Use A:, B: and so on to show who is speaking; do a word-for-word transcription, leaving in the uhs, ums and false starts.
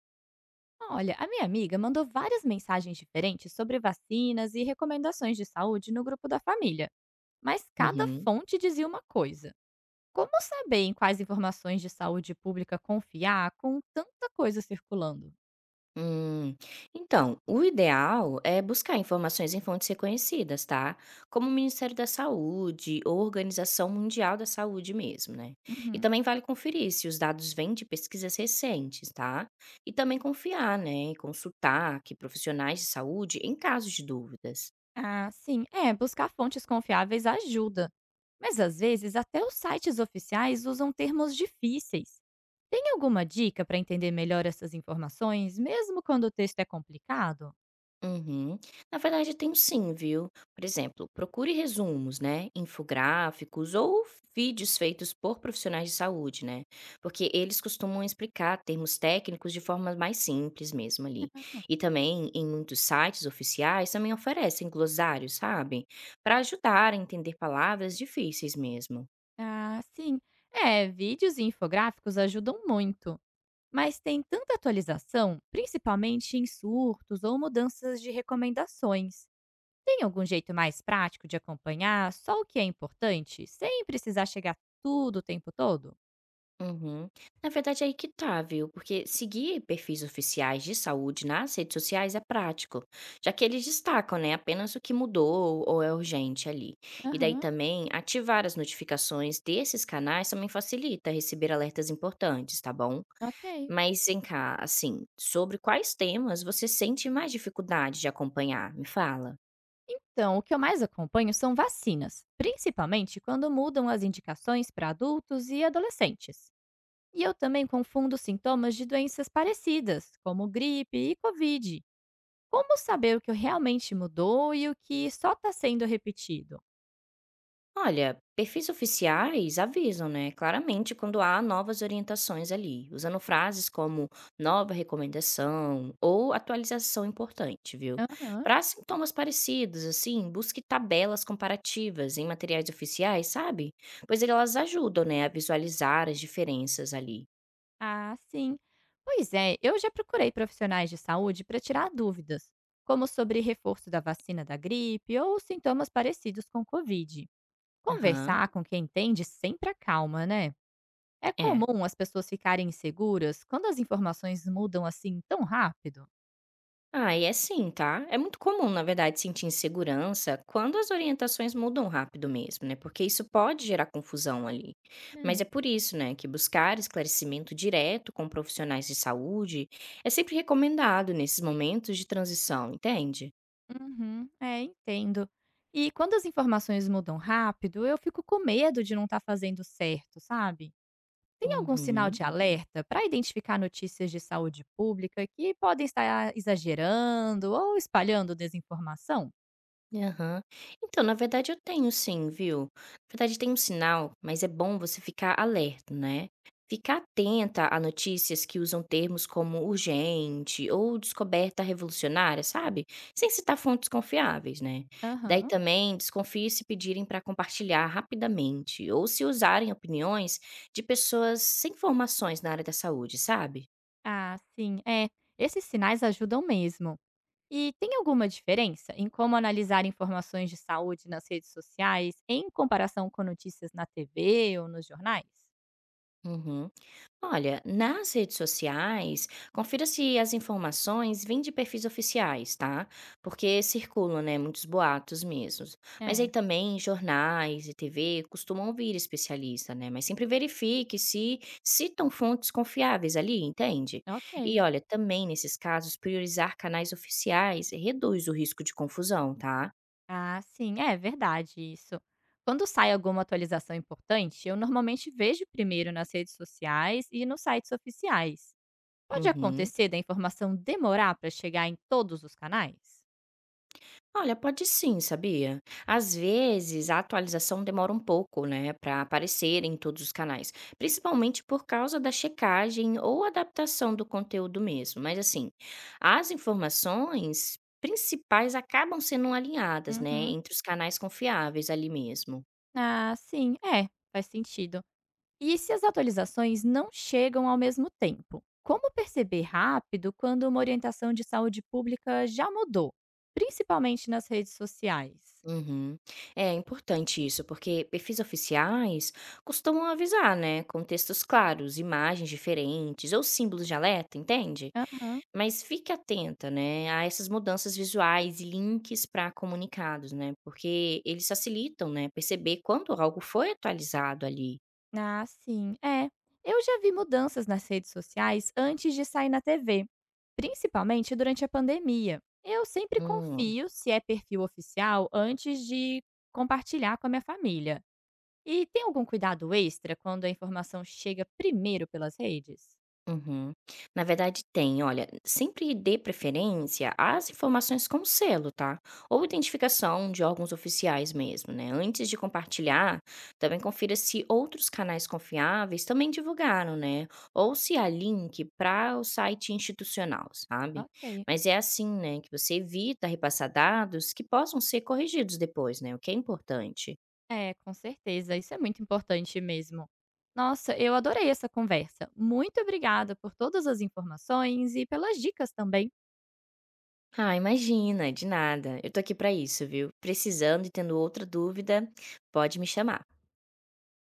A: Olha, a minha amiga mandou várias mensagens diferentes sobre vacinas e recomendações de saúde no grupo da família, mas cada
B: Uhum.
A: fonte dizia uma coisa. Como saber em quais informações de saúde pública confiar com tanta coisa circulando?
B: Hum. Então, o ideal é buscar informações em fontes reconhecidas, tá? Como o Ministério da Saúde ou Organização Mundial da Saúde mesmo, né? E
A: Uhum.
B: também vale conferir se os dados vêm de pesquisas recentes, tá? E também confiar, né? E consultar que profissionais de saúde em casos de dúvidas.
A: Ah, sim, é, buscar fontes confiáveis ajuda. Mas às vezes até os sites oficiais usam termos difíceis. Tem alguma dica para entender melhor essas informações, mesmo quando o texto é complicado?
B: Uhum. Na verdade, tenho sim, viu? Por exemplo, procure resumos, né? Infográficos ou vídeos feitos por profissionais de saúde, né? Porque eles costumam explicar termos técnicos de forma mais simples mesmo ali. E também, em muitos sites oficiais, também oferecem glossários, sabe? Para ajudar a entender palavras difíceis mesmo.
A: Ah, sim. É, vídeos e infográficos ajudam muito, mas tem tanta atualização, principalmente em surtos ou mudanças de recomendações. Tem algum jeito mais prático de acompanhar só o que é importante, sem precisar chegar tudo o tempo todo?
B: Uhum. Na verdade, é aí que tá, viu? Porque seguir perfis oficiais de saúde nas redes sociais é prático, já que eles destacam, né, apenas o que mudou ou é urgente ali. E daí
A: Aham,
B: também, ativar as notificações desses canais também facilita receber alertas importantes, tá bom?
A: ok.
B: Mas vem cá, assim, sobre quais temas você sente mais dificuldade de acompanhar? Me fala.
A: Então, o que eu mais acompanho são vacinas, principalmente quando mudam as indicações para adultos e adolescentes. E eu também confundo sintomas de doenças parecidas, como gripe e Covid. Como saber o que realmente mudou e o que só está sendo repetido?
B: Olha, perfis oficiais avisam, né, claramente quando há novas orientações ali, usando frases como nova recomendação ou atualização importante, viu?
A: Aham.
B: Para sintomas parecidos, assim, busque tabelas comparativas em materiais oficiais, sabe? Pois elas ajudam, né, a visualizar as diferenças ali.
A: Ah, sim. Pois é, eu já procurei profissionais de saúde para tirar dúvidas, como sobre reforço da vacina da gripe ou sintomas parecidos com Covid.
B: Aham,
A: Conversar com quem entende sempre acalma, né? É
B: é.
A: comum as pessoas ficarem inseguras quando as informações mudam assim tão rápido.
B: Ah, e é sim, tá? É muito comum, na verdade, sentir insegurança quando as orientações mudam rápido mesmo, né? Porque isso pode gerar confusão ali. Mas é por isso, né, que buscar esclarecimento direto com profissionais de saúde é sempre recomendado nesses momentos de transição, entende?
A: Uhum. É, entendo. E quando as informações mudam rápido, eu fico com medo de não estar fazendo certo, sabe? Tem algum sinal
B: Uhum.
A: de alerta para identificar notícias de saúde pública que podem estar exagerando ou espalhando desinformação?
B: Aham. Então, na verdade eu tenho sim, viu. Na verdade tem um sinal, mas é bom você ficar alerta, né. Ficar atenta a notícias que usam termos como urgente ou descoberta revolucionária, sabe, sem citar fontes confiáveis, né. Daí
A: Aham.
B: também desconfie se pedirem para compartilhar rapidamente ou se usarem opiniões de pessoas sem formações na área da saúde, sabe.
A: Ah, sim. É, esses sinais ajudam mesmo. E tem alguma diferença em como analisar informações de saúde nas redes sociais em comparação com notícias na T V ou nos jornais?
B: Uhum. Olha, nas redes sociais, confira se as informações vêm de perfis oficiais, tá? Porque circulam, né, muitos boatos mesmo. Mas aí
A: É,
B: também jornais e T V costumam ouvir especialista, né? Mas sempre verifique se citam fontes confiáveis ali, entende? E
A: ok.
B: olha, também nesses casos, priorizar canais oficiais reduz o risco de confusão, tá?
A: Ah, sim, é verdade isso. Quando sai alguma atualização importante, eu normalmente vejo primeiro nas redes sociais e nos sites oficiais. Pode
B: Uhum.
A: acontecer da informação demorar para chegar em todos os canais?
B: Olha, pode sim, sabia? Às vezes a atualização demora um pouco, né, para aparecer em todos os canais, principalmente por causa da checagem ou adaptação do conteúdo mesmo. Mas assim, as informações principais acabam sendo alinhadas, né,
A: Uhum.
B: entre os canais confiáveis ali mesmo.
A: Ah, sim, é, faz sentido. E se as atualizações não chegam ao mesmo tempo? Como perceber rápido quando uma orientação de saúde pública já mudou, principalmente nas redes sociais?
B: Uhum. É importante isso, porque perfis oficiais costumam avisar, né, com textos claros, imagens diferentes ou símbolos de alerta, entende?
A: Aham.
B: Mas fique atenta, né, a essas mudanças visuais e links para comunicados, né, porque eles facilitam, né, perceber quando algo foi atualizado ali.
A: Ah, sim. É. Eu já vi mudanças nas redes sociais antes de sair na T V, principalmente durante a pandemia. Eu sempre
B: Hum.
A: confio se é perfil oficial antes de compartilhar com a minha família. E tem algum cuidado extra quando a informação chega primeiro pelas redes?
B: Uhum. Na verdade tem, olha, sempre dê preferência às informações com selo, tá? Ou identificação de órgãos oficiais mesmo, né? Antes de compartilhar, também confira se outros canais confiáveis também divulgaram, né? Ou se há link para o site institucional, sabe?
A: Ok.
B: Mas é assim, né, que você evita repassar dados que possam ser corrigidos depois, né? O que é importante.
A: É, com certeza. Isso é muito importante mesmo. Nossa, eu adorei essa conversa. Muito obrigada por todas as informações e pelas dicas também.
B: Ah, imagina, de nada. Eu tô aqui pra isso, viu? Precisando e tendo outra dúvida, pode me chamar.